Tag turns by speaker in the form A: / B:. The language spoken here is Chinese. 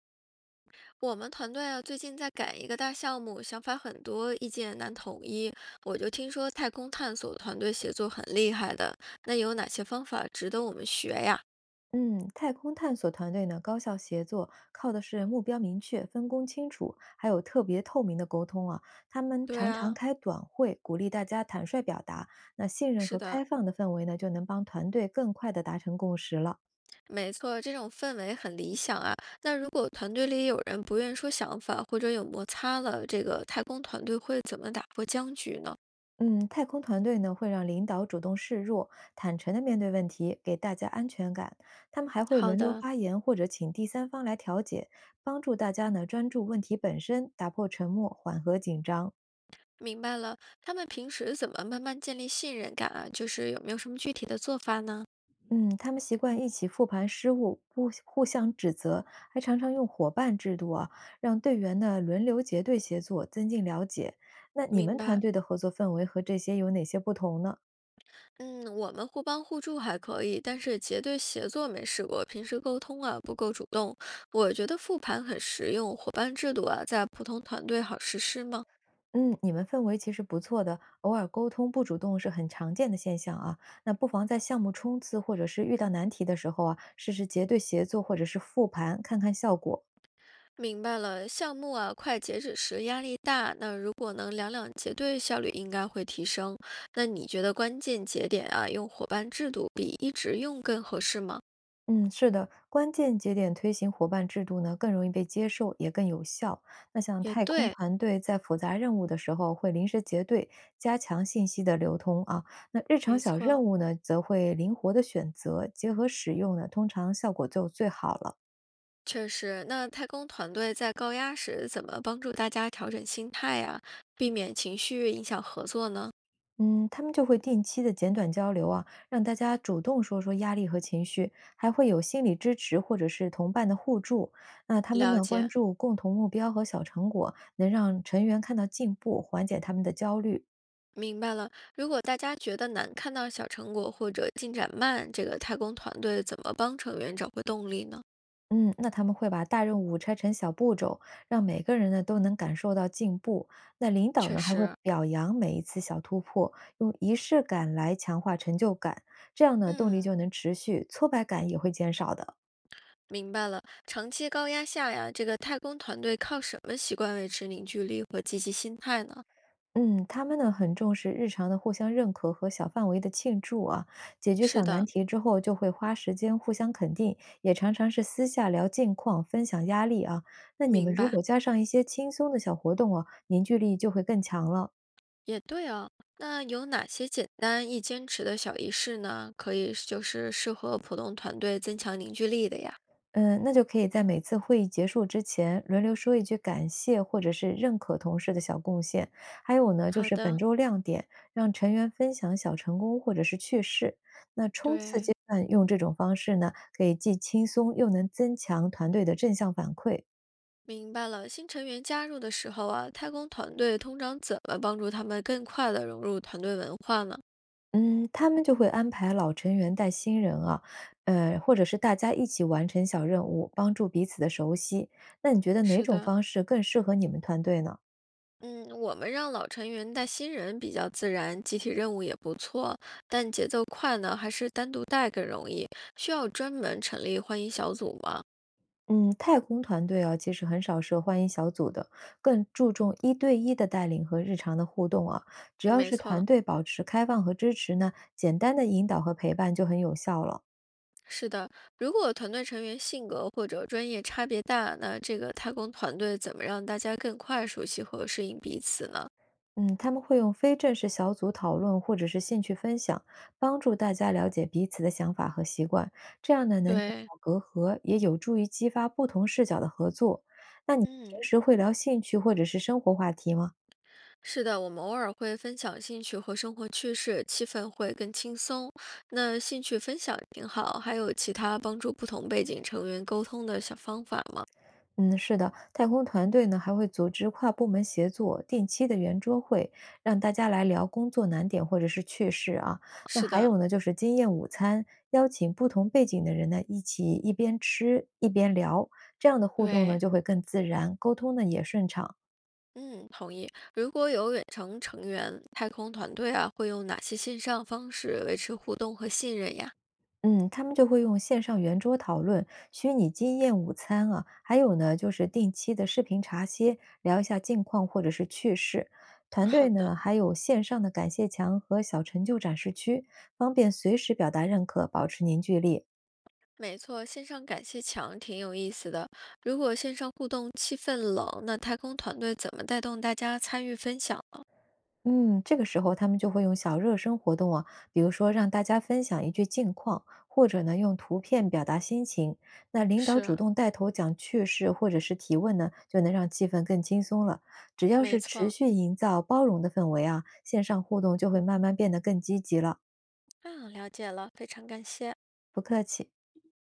A: 我们团队啊，最近在赶一个大项目，想法很多，意见难统一。我就听说太空探索团队协作很厉害的，那有哪些方法值得我们学呀？
B: 嗯，太空探索团队呢，高效协作，靠的是目标明确、分工清楚，还有特别透明的沟通啊。他们
A: 对
B: 常常
A: 啊，
B: 开短会，鼓励大家坦率表达。那信任
A: 是
B: 和
A: 的，
B: 开放的氛围呢，就能帮团队更快地达成共识了。
A: 没错，这种氛围很理想啊。那如果团队里有人不愿说想法，或者有摩擦了，这个太空团队会怎么打破僵局呢？
B: 嗯，太空团队呢，会让领导主动示弱，坦诚地面对问题，给大家安全感。他们还会
A: 好
B: 轮流
A: 的，
B: 发言，或者请第三方来调解，帮助大家呢专注问题本身，打破沉默，缓和紧张。
A: 明白了，他们平时怎么慢慢建立信任感啊？就是有没有什么具体的做法呢？
B: 嗯，他们习惯一起复盘失误，不互相指责，还常常用伙伴制度啊，让队员呢轮流结对协作，增进了解。那你们
A: 明
B: 团
A: 白。
B: 队的合作氛围和这些有哪些不同呢？
A: 嗯，我们互帮互助还可以，但是结对协作没试过。平时沟通啊不够主动，我觉得复盘很实用。伙伴制度啊，在普通团队好实施吗？
B: 嗯，你们氛围其实不错的，偶尔沟通不主动是很常见的现象啊。那不妨在项目冲刺或者是遇到难题的时候啊，试试结对协作或者是复盘，看看效果。
A: 明白了，项目啊快截止时压力大，那如果能两两结对，效率应该会提升。那你觉得关键节点啊，用伙伴制度比一直用更合适吗？
B: 嗯，是的，关键节点推行伙伴制度呢，更容易被接受，也更有效。那像
A: 也
B: 太空
A: 对，
B: 团队在复杂任务的时候会临时结队，加强信息的流通啊。那日常
A: 没
B: 小任
A: 错。
B: 务呢，则会灵活的选择，结合使用呢，通常效果就最好了。
A: 确实，那太空团队在高压时怎么帮助大家调整心态呀、避免情绪影响合作呢？
B: 嗯，他们就会定期的简短交流啊，让大家主动说说压力和情绪，还会有心理支持或者是同伴的互助。那他们
A: 了
B: 呢，关
A: 解，
B: 注共同目标和小成果，能让成员看到进步，缓解他们的焦虑。
A: 明白了。如果大家觉得难看到小成果或者进展慢，这个太空团队怎么帮成员找回动力呢？
B: 嗯，那他们会把大任务拆成小步骤，让每个人呢都能感受到进步。那领导
A: 确
B: 呢还会
A: 实，
B: 表扬每一次小突破，用仪式感来强化成就感，这样呢动力
A: 嗯，
B: 就能持续，挫败感也会减少的。
A: 明白了。长期高压下呀，这个太空团队靠什么习惯维持凝聚力和积极心态呢？
B: 嗯，他们呢很重视日常的互相认可和小范围的庆祝啊，解决
A: 是
B: 小难
A: 的，
B: 题之后就会花时间互相肯定，也常常是私下聊近况、分享压力啊。那你们
A: 明
B: 如
A: 白。
B: 果加上一些轻松的小活动啊，凝聚力就会更强了。
A: 也对啊，那有哪些简单易坚持的小仪式呢？可以就是适合普通团队增强凝聚力的呀。
B: 嗯，那就可以在每次会议结束之前轮流说一句感谢或者是认可同事的小贡献。还有呢，就
A: 好
B: 是本
A: 的，
B: 周亮点，让成员分享小成功或者是趣事。那冲刺阶
A: 对，
B: 段用这种方式呢，可以既轻松又能增强团队的正向反馈。
A: 明白了。新成员加入的时候啊，太空团队通常怎么帮助他们更快的融入团队文化呢？
B: 嗯，他们就会安排老成员带新人啊，或者是大家一起完成小任务，帮助彼此的熟悉。那你觉得哪
A: 是
B: 种
A: 的，
B: 方式更适合你们团队呢？
A: 嗯，我们让老成员带新人比较自然，集体任务也不错，但节奏快呢，还是单独带更容易？需要专门成立欢迎小组吗？
B: 嗯，太空团队啊，其实很少设欢迎小组的，更注重一对一的带领和日常的互动啊。只要
A: 没
B: 是
A: 错。
B: 团队保持开放和支持呢，简单的引导和陪伴就很有效了。
A: 是的，如果团队成员性格或者专业差别大，那这个太空团队怎么让大家更快熟悉和适应彼此呢？
B: 嗯，他们会用非正式小组讨论或者是兴趣分享，帮助大家了解彼此的想法和习惯，这样呢能减
A: 对，
B: 少隔阂，也有助于激发不同视角的合作。那你平
A: 嗯，
B: 时会聊兴趣或者是生活话题吗？
A: 是的，我们偶尔会分享兴趣和生活趣事，气氛会更轻松。那兴趣分享挺好，还有其他帮助不同背景成员沟通的小方法吗？
B: 嗯，是的，太空团队呢还会组织跨部门协作、定期的圆桌会，让大家来聊工作难点或者是趣事啊。那
A: 是
B: 还
A: 的，
B: 有呢，就是经验午餐，邀请不同背景的人呢一起一边吃一边聊，这样的互动呢
A: 对，
B: 就会更自然，沟通呢也顺畅。
A: 嗯，同意。如果有远程成员，太空团队啊，会用哪些线上方式维持互动和信任呀？
B: 嗯，他们就会用线上圆桌讨论、虚拟经验午餐啊，还有呢，就是定期的视频茶歇，聊一下近况或者是趣事。团队
A: 好的。
B: 呢，还有线上的感谢墙和小成就展示区，方便随时表达认可，保持凝聚力。
A: 没错，线上感谢墙挺有意思的。如果线上互动气氛冷，那太空团队怎么带动大家参与分享呢？
B: 嗯，这个时候他们就会用小热身活动啊，比如说让大家分享一句近况，或者呢用图片表达心情。那领导主
A: 是，
B: 动带头讲趣事或者是提问呢，就能让气氛更轻松了。只要
A: 没
B: 是持
A: 错，
B: 续营造包容的氛围啊，线上互动就会慢慢变得更积极了。
A: 啊，了解了，非常感谢。
B: 不客气。